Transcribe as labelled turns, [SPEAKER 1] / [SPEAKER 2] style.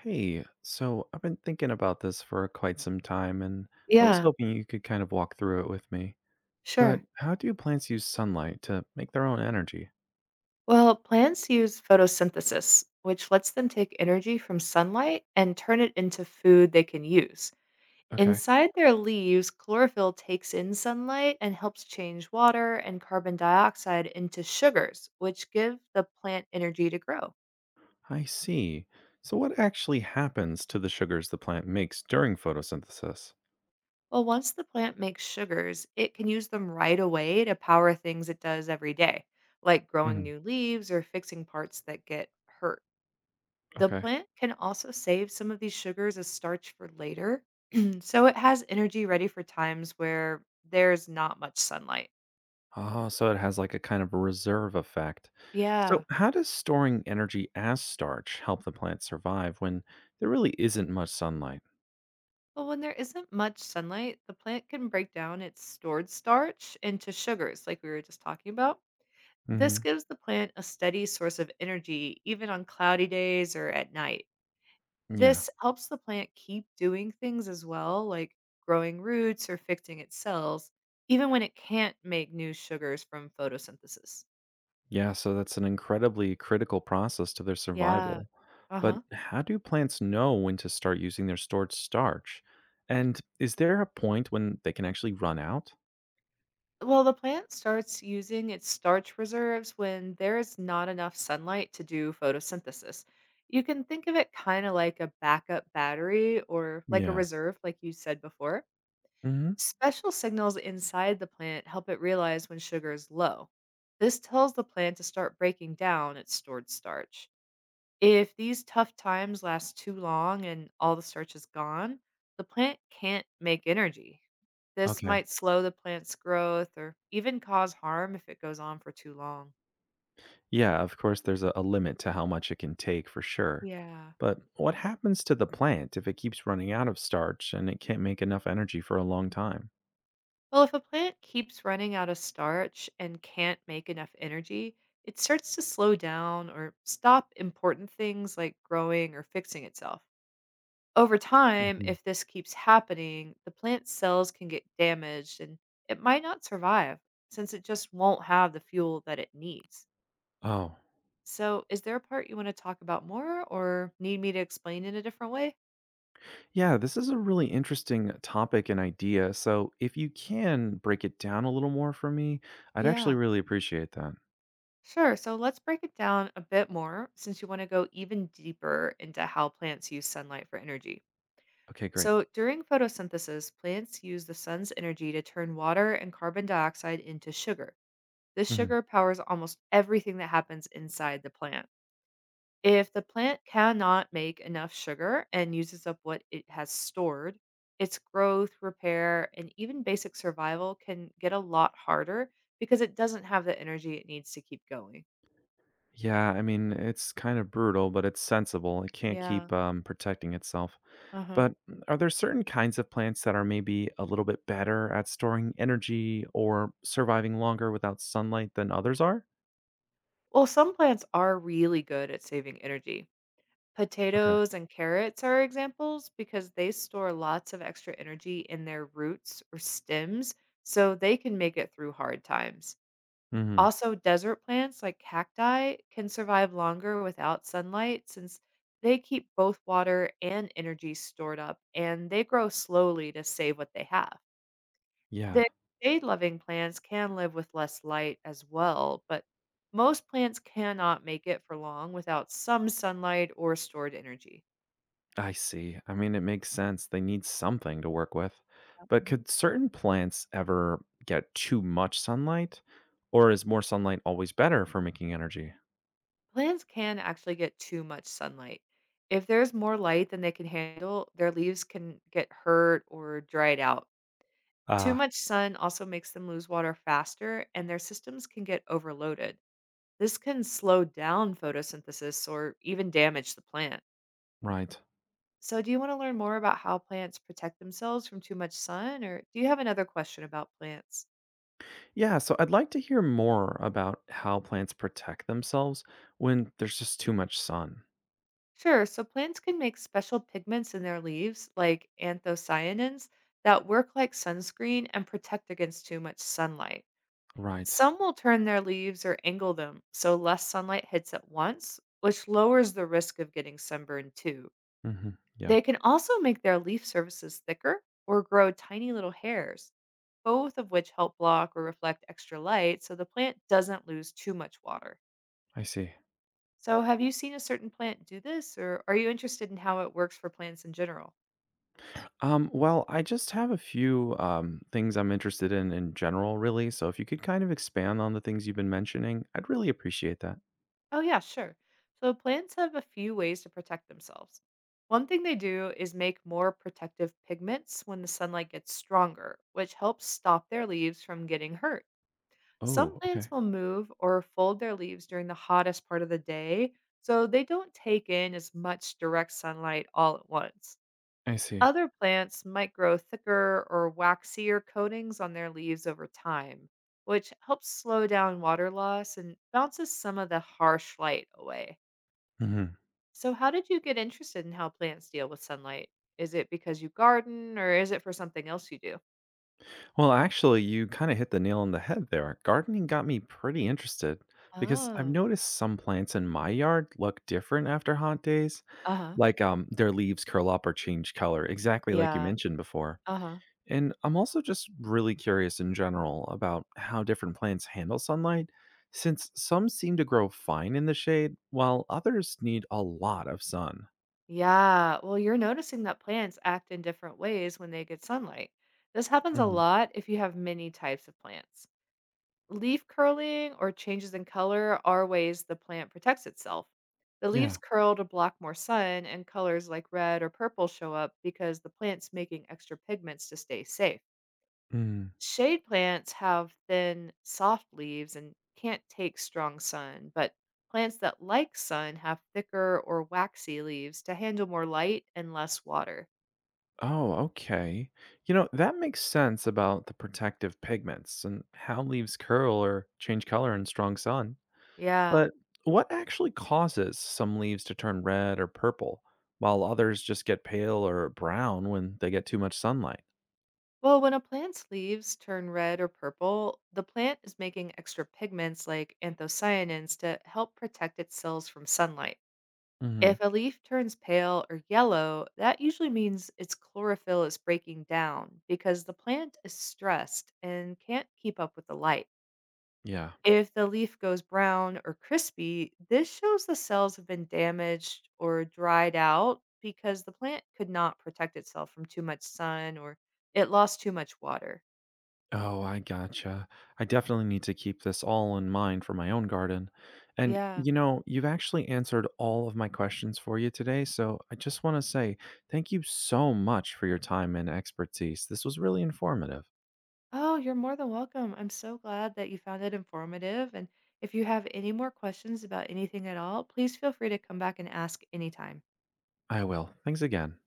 [SPEAKER 1] Hey, so I've been thinking about this for quite some time, and I was
[SPEAKER 2] Yeah,
[SPEAKER 1] hoping you could kind of walk through it with me. But
[SPEAKER 2] sure.
[SPEAKER 1] how do plants use sunlight to make their own energy?
[SPEAKER 2] Well, plants use photosynthesis, which lets them take energy from sunlight and turn it into food they can use.
[SPEAKER 1] Okay,
[SPEAKER 2] Inside their leaves, chlorophyll takes in sunlight and helps change water and carbon dioxide into sugars, which give the plant energy to grow.
[SPEAKER 1] I see. So, what actually happens to the sugars the plant makes during photosynthesis?
[SPEAKER 2] Well, once the plant makes sugars, it can use them right away to power things it does every day, like growing
[SPEAKER 1] Hmm.
[SPEAKER 2] new leaves or fixing parts that get hurt. The
[SPEAKER 1] Okay.
[SPEAKER 2] plant can also save some of these sugars as starch for later, so it has energy ready for times where there's not much sunlight.
[SPEAKER 1] Oh, so it has like a kind of reserve effect. So,
[SPEAKER 2] Yeah.
[SPEAKER 1] how does storing energy as starch help the plant survive when there really isn't much sunlight?
[SPEAKER 2] Well, when there isn't much sunlight, the plant can break down its stored starch into sugars, like we were just talking about. This
[SPEAKER 1] Hmm.
[SPEAKER 2] gives the plant a steady source of energy, even on cloudy days or at night.
[SPEAKER 1] Yeah.
[SPEAKER 2] This helps the plant keep doing things as well, like growing roots or fixing its cells, even when it can't make new sugars from photosynthesis.
[SPEAKER 1] Yeah, so that's an incredibly critical process to their
[SPEAKER 2] Yeah.
[SPEAKER 1] survival.
[SPEAKER 2] Uh
[SPEAKER 1] But
[SPEAKER 2] huh.
[SPEAKER 1] how do plants know when to start using their stored starch? And is there a point when they can actually run out?
[SPEAKER 2] Well, the plant starts using its starch reserves when there is not enough sunlight to do photosynthesis. You can think of it kind of like a backup battery or like a
[SPEAKER 1] Yeah.
[SPEAKER 2] reserve, like you said before.
[SPEAKER 1] Hmm.
[SPEAKER 2] Special signals inside the plant help it realize when sugar is low. This tells the plant to start breaking down its stored starch. If these tough times last too long and all the starch is gone, the plant can't make energy. This
[SPEAKER 1] Okay.
[SPEAKER 2] might slow the plant's growth or even cause harm if it goes on for too long.
[SPEAKER 1] Yeah, of course, there's a limit to how much it can take for sure.
[SPEAKER 2] Yeah.
[SPEAKER 1] But what happens to the plant if it keeps running out of starch and it can't make enough energy for a long time?
[SPEAKER 2] Well, if a plant keeps running out of starch and can't make enough energy, it starts to slow down or stop important things like growing or fixing itself. Over time,
[SPEAKER 1] Hmm.
[SPEAKER 2] if this keeps happening, the plant's cells can get damaged and it might not survive since it just won't have the fuel that it needs.
[SPEAKER 1] Oh,
[SPEAKER 2] So, is there a part you want to talk about more or need me to explain in a different way?
[SPEAKER 1] yeah, this is a really interesting topic and idea. So, if you can break it down a little more for me, I'd actually
[SPEAKER 2] Yeah.
[SPEAKER 1] really appreciate that.
[SPEAKER 2] Sure. So let's break it down a bit more since you want to go even deeper into how plants use sunlight for energy.
[SPEAKER 1] Okay, great.
[SPEAKER 2] So during photosynthesis, plants use the sun's energy to turn water and carbon dioxide into sugar. This
[SPEAKER 1] Hmm.
[SPEAKER 2] sugar powers almost everything that happens inside the plant. If the plant cannot make enough sugar and uses up what it has stored, its growth, repair, and even basic survival can get a lot harder because it doesn't have the energy it needs to keep going.
[SPEAKER 1] Yeah, I mean, it's kind of brutal, but it's sensible. It can't
[SPEAKER 2] Yeah.
[SPEAKER 1] keep protecting itself.
[SPEAKER 2] Uh huh.
[SPEAKER 1] But are there certain kinds of plants that are maybe a little bit better at storing energy or surviving longer without sunlight than others are?
[SPEAKER 2] Well, some plants are really good at saving energy.
[SPEAKER 1] Okay.
[SPEAKER 2] Potatoes and carrots are examples because they store lots of extra energy in their roots or stems so they can make it through hard times.
[SPEAKER 1] Hmm.
[SPEAKER 2] Also, desert plants like cacti can survive longer without sunlight since they keep both water and energy stored up and they grow slowly to save what they have.
[SPEAKER 1] Yeah.
[SPEAKER 2] The shade-loving plants can live with less light as well, but most plants cannot make it for long without some sunlight or stored energy.
[SPEAKER 1] I see. I mean, it makes sense. They need something to work with. But
[SPEAKER 2] Mhm.
[SPEAKER 1] could certain plants ever get too much sunlight? Or is more sunlight always better for making energy?
[SPEAKER 2] Plants can actually get too much sunlight. If there's more light than they can handle, their leaves can get hurt or dried out. Too
[SPEAKER 1] Ah,
[SPEAKER 2] much sun also makes them lose water faster, and their systems can get overloaded. This can slow down photosynthesis or even damage the plant.
[SPEAKER 1] right.
[SPEAKER 2] So, do you want to learn more about how plants protect themselves from too much sun, or do you have another question about plants?
[SPEAKER 1] Yeah, so I'd like to hear more about how plants protect themselves when there's just too much sun.
[SPEAKER 2] Sure. So, plants can make special pigments in their leaves, like anthocyanins, that work like sunscreen and protect against too much sunlight.
[SPEAKER 1] Right.
[SPEAKER 2] Some will turn their leaves or angle them so less sunlight hits at once, which lowers the risk of getting sunburned too.
[SPEAKER 1] Hmm. Yeah,
[SPEAKER 2] They can also make their leaf surfaces thicker or grow tiny little hairs, both of which help block or reflect extra light so the plant doesn't lose too much water.
[SPEAKER 1] I see.
[SPEAKER 2] So, have you seen a certain plant do this, or are you interested in how it works for plants in general?
[SPEAKER 1] Well, I just have a few things I'm interested in general, really. So if you could kind of expand on the things you've been mentioning, I'd really appreciate that.
[SPEAKER 2] Oh, yeah, sure. So, plants have a few ways to protect themselves. One thing they do is make more protective pigments when the sunlight gets stronger, which helps stop their leaves from getting hurt. Some
[SPEAKER 1] Oh,
[SPEAKER 2] plants
[SPEAKER 1] okay.
[SPEAKER 2] will move or fold their leaves during the hottest part of the day, so they don't take in as much direct sunlight all at once.
[SPEAKER 1] I see.
[SPEAKER 2] Other plants might grow thicker or waxier coatings on their leaves over time, which helps slow down water loss and bounces some of the harsh light away.
[SPEAKER 1] Mhm.
[SPEAKER 2] So, how did you get interested in how plants deal with sunlight? Is it because you garden or is it for something else you do?
[SPEAKER 1] Well, actually, you kind of hit the nail on the head there. Gardening got me pretty interested because I've
[SPEAKER 2] Oh,
[SPEAKER 1] noticed some plants in my yard look different after hot days,
[SPEAKER 2] uh huh.
[SPEAKER 1] like their leaves curl up or change color, exactly like you
[SPEAKER 2] Yeah,
[SPEAKER 1] mentioned before.
[SPEAKER 2] uh huh.
[SPEAKER 1] And I'm also just really curious in general about how different plants handle sunlight, since some seem to grow fine in the shade, while others need a lot of sun.
[SPEAKER 2] Yeah, well, you're noticing that plants act in different ways when they get sunlight. This happens a
[SPEAKER 1] Hmm.
[SPEAKER 2] lot if you have many types of plants. Leaf curling or changes in color are ways the plant protects itself. The leaves
[SPEAKER 1] Yeah.
[SPEAKER 2] curl to block more sun, and colors like red or purple show up because the plant's making extra pigments to stay safe. Shade plants have thin, soft leaves and can't take strong sun, but plants that like sun have thicker or waxy leaves to handle more light and less water.
[SPEAKER 1] Oh, okay. You know, that makes sense about the protective pigments and how leaves curl or change color in strong sun.
[SPEAKER 2] Yeah.
[SPEAKER 1] But what actually causes some leaves to turn red or purple, while others just get pale or brown when they get too much sunlight?
[SPEAKER 2] Well, when a plant's leaves turn red or purple, the plant is making extra pigments like anthocyanins to help protect its cells from sunlight. If
[SPEAKER 1] Hmm.
[SPEAKER 2] a leaf turns pale or yellow, that usually means its chlorophyll is breaking down because the plant is stressed and can't keep up with the light.
[SPEAKER 1] Yeah.
[SPEAKER 2] If the leaf goes brown or crispy, this shows the cells have been damaged or dried out because the plant could not protect itself from too much sun or it lost too much water.
[SPEAKER 1] Oh, I gotcha. I definitely need to keep this all in mind for my own garden. And
[SPEAKER 2] Yeah.
[SPEAKER 1] you know, you've actually answered all of my questions for you today. So I just want to say thank you so much for your time and expertise. This was really informative.
[SPEAKER 2] Oh, you're more than welcome. I'm so glad that you found it informative. And if you have any more questions about anything at all, please feel free to come back and ask anytime.
[SPEAKER 1] I will. Thanks again.